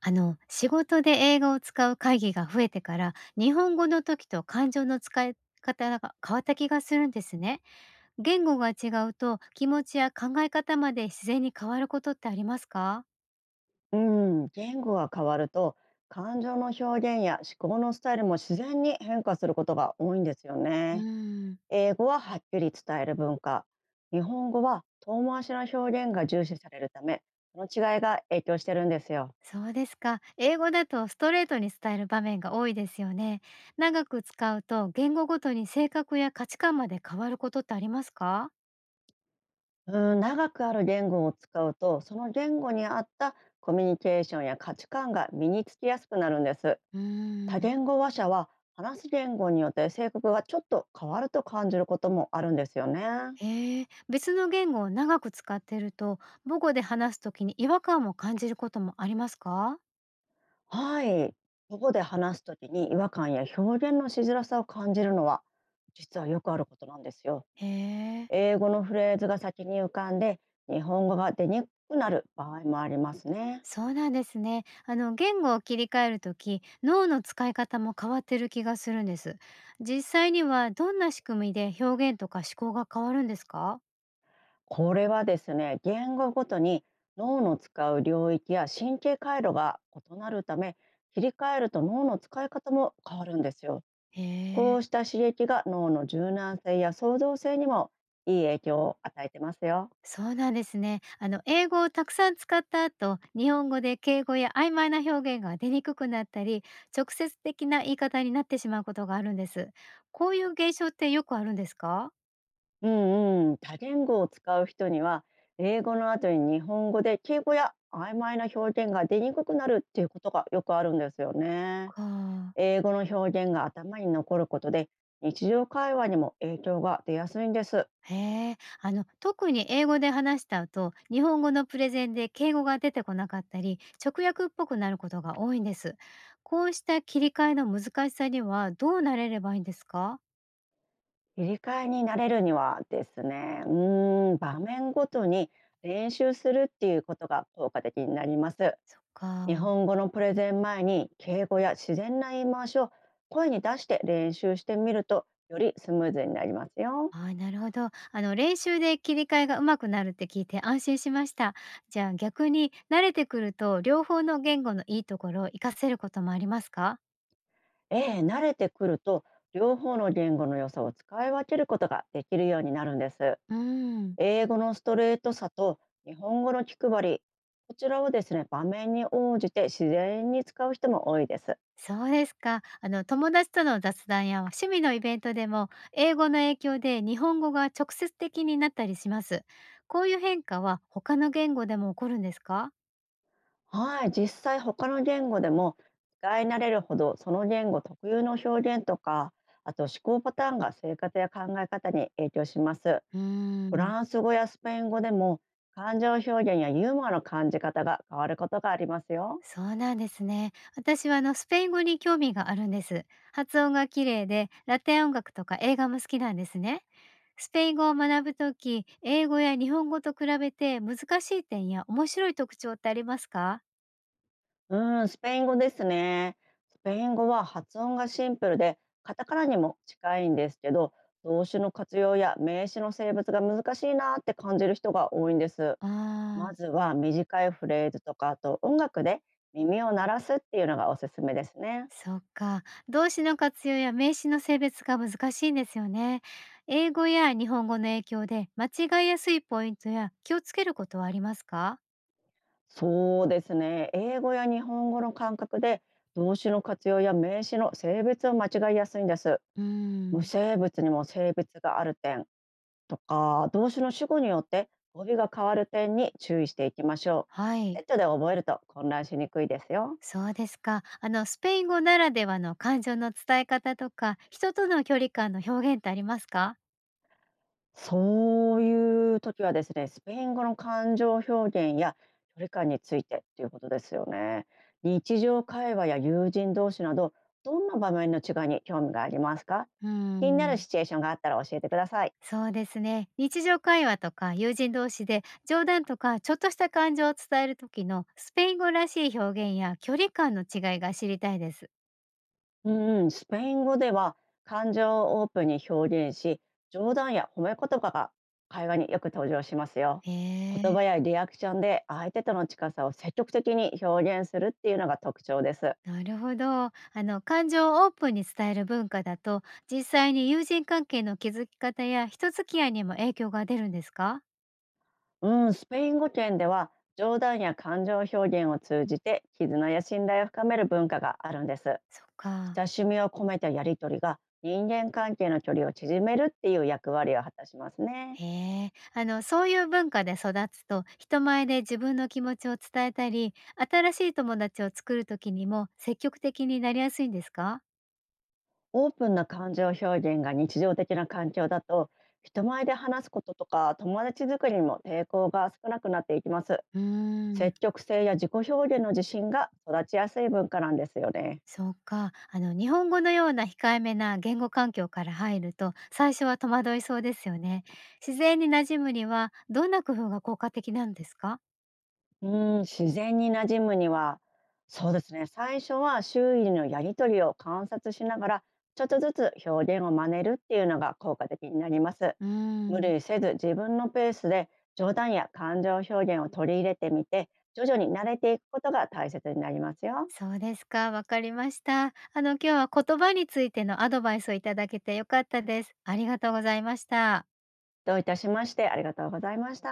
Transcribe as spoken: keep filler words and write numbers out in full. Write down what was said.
あの仕事で英語を使う会議が増えてから、日本語の時と感情の使い方が変わった気がするんですね。言語が違うと気持ちや考え方まで自然に変わることってありますか？うん、言語が変わると感情の表現や思考のスタイルも自然に変化することが多いんですようね。ーん、英語ははっきり伝える文化、日本語は遠回しの表現が重視されるため、その違いが影響してるんですよ。そうですか。英語だとストレートに伝える場面が多いですよね。長く使うと言語ごとに性格や価値観まで変わることってありますか？うん、長くある言語を使うと、その言語に合ったコミュニケーションや価値観が身につきやすくなるんです。うー多ん。言語話者は話す言語によって性格がちょっと変わると感じることもあるんですよね。へえ、別の言語を長く使っていると、母語で話すときに違和感を感じることもありますか？はい。ここで話すときに違和感や表現のしづらさを感じるのは、実はよくあることなんですよ。へえ、英語のフレーズが先に浮かんで、日本語が出にくくなる場合もありますね。そうなんですね。あの、言語を切り替えるとき、脳の使い方も変わってる気がするんです。実際にはどんな仕組みで表現とか思考が変わるんですか？これはですね、言語ごとに脳の使う領域や神経回路が異なるため、切り替えると脳の使い方も変わるんですよ。へこえ。うした刺激が脳の柔軟性や創造性にもいい影響を与えてますよ。そうなんですね。あの、英語をたくさん使った後、日本語で敬語や曖昧な表現が出にくくなったり、直接的な言い方になってしまうことがあるんです。こういう現象ってよくあるんですかうんうん、多言語を使う人には英語の後に日本語で敬語や曖昧な表現が出にくくなるっていうことがよくあるんですよね。か。英語の表現が頭に残ることで日常会話にも影響が出やすいんです。へえ。あの、特に英語で話した後、日本語のプレゼンで敬語が出てこなかったり、直訳っぽくなることが多いんです。こうした切り替えの難しさにはどうなれればいいんですか？切り替えになれるにはですね、うーん、場面ごとに練習するっていうことが効果的になります。そっ日か。本語のプレゼン前に敬語や自然な言い回しを声に出して練習してみるとよりスムーズになりますよ。ああ、なるほど。あの、練習で切り替えが上手くなるって聞いて安心しました。じゃあ逆に慣れてくると両方の言語のいいところを活かせることもありますか？ええ、慣れてくると両方の言語の良さを使い分けることができるようになるんです。うーん。英語のストレートさと日本語の気配り、こちらをですね、場面に応じて自然に使う人も多いです。そうですか。あの、友達との雑談や趣味のイベントでも英語の影響で日本語が直接的になったりします。こういう変化は他の言語でも起こるんですか？はい、実際他の言語でも使い慣れるほどその言語特有の表現とかあと思考パターンが生活や考え方に影響します。うーフん。ランス語やスペイン語でも感情表現やユーモアの感じ方が変わることがありますよ。そうなんですね。私はあのスペイン語に興味があるんです。発音が綺麗で、ラテン音楽とか映画も好きなんですね。スペイン語を学ぶとき、英語や日本語と比べて難しい点や面白い特徴ってありますか？うん、スペイン語ですね。スペイン語は発音がシンプルでカタカナにも近いんですけど、動詞の活用や名詞の性別が難しいなって感じる人が多いんです。まああずー、は短いフレーズとか、あと音楽で耳を鳴らすっていうのがおすすめですね。そっか。動詞の活用や名詞の性別が難しいんですよね。英語や日本語の影響で間違いやすいポイントや気をつけることはありますか？そうですね。英語や日本語の感覚で動詞の活用や名詞の性別を間違いやすいんです。うー無ん。性物にも性別がある点とか、動詞の主語によって語尾が変わる点に注意していきましょはう。い。セットで覚えると混乱しにくいですよ。そうですか。あの、スペイン語ならではの感情の伝え方とか、人との距離感の表現ってありますか？そういう時はですね、スペイン語の感情表現や距離感についてっていうことですよね。日常会話や友人同士など、どんな場面の違いに興味がありますか？うー気になるん、シチュエーションがあったら教えてください。そうですね。日常会話とか友人同士で冗談とかちょっとした感情を伝える時のスペイン語らしい表現や距離感の違いが知りたいです。うんうん、スペイン語では感情をオープンに表現し、冗談や褒め言葉が会話によく登場しますよ。へ言え、葉やリアクションで相手との近さを積極的に表現するっていうのが特徴です。なるほど。あの感情をオープンに伝える文化だと、実際に友人関係の築き方や人付き合いにも影響が出るんですか？うん、スペイン語圏では冗談や感情表現を通じて絆や信頼を深める文化があるんです。そっか。親しみを込めたやり取りが人間関係の距離を縮めるっていう役割を果たしますね。へえ、あの、そういう文化で育つと、人前で自分の気持ちを伝えたり、新しい友達を作る時にも積極的になりやすいんですか？オープンな感情表現が日常的な環境だと、人前で話すこととか友達作りにも抵抗が少なくなっていきます。うーん。積極性や自己表現の自信が育ちやすい文化なんですよね。そうか、あの、日本語のような控えめな言語環境から入ると、最初は戸惑いそうですよね。自然に馴染むには、どんな工夫が効果的なんですか？うーん、自然に馴染むには、そうですね、最初は周囲のやりとりを観察しながら、ちょっとずつ表現を真似るっていうのが効果的になります。うー無ん。理せず自分のペースで冗談や感情表現を取り入れてみて、徐々に慣れていくことが大切になりますよ。そうですか、わかりました。あの、今日は言葉についてのアドバイスをいただけて良かったです。ありがとうございました。どういたしまして、ありがとうございました。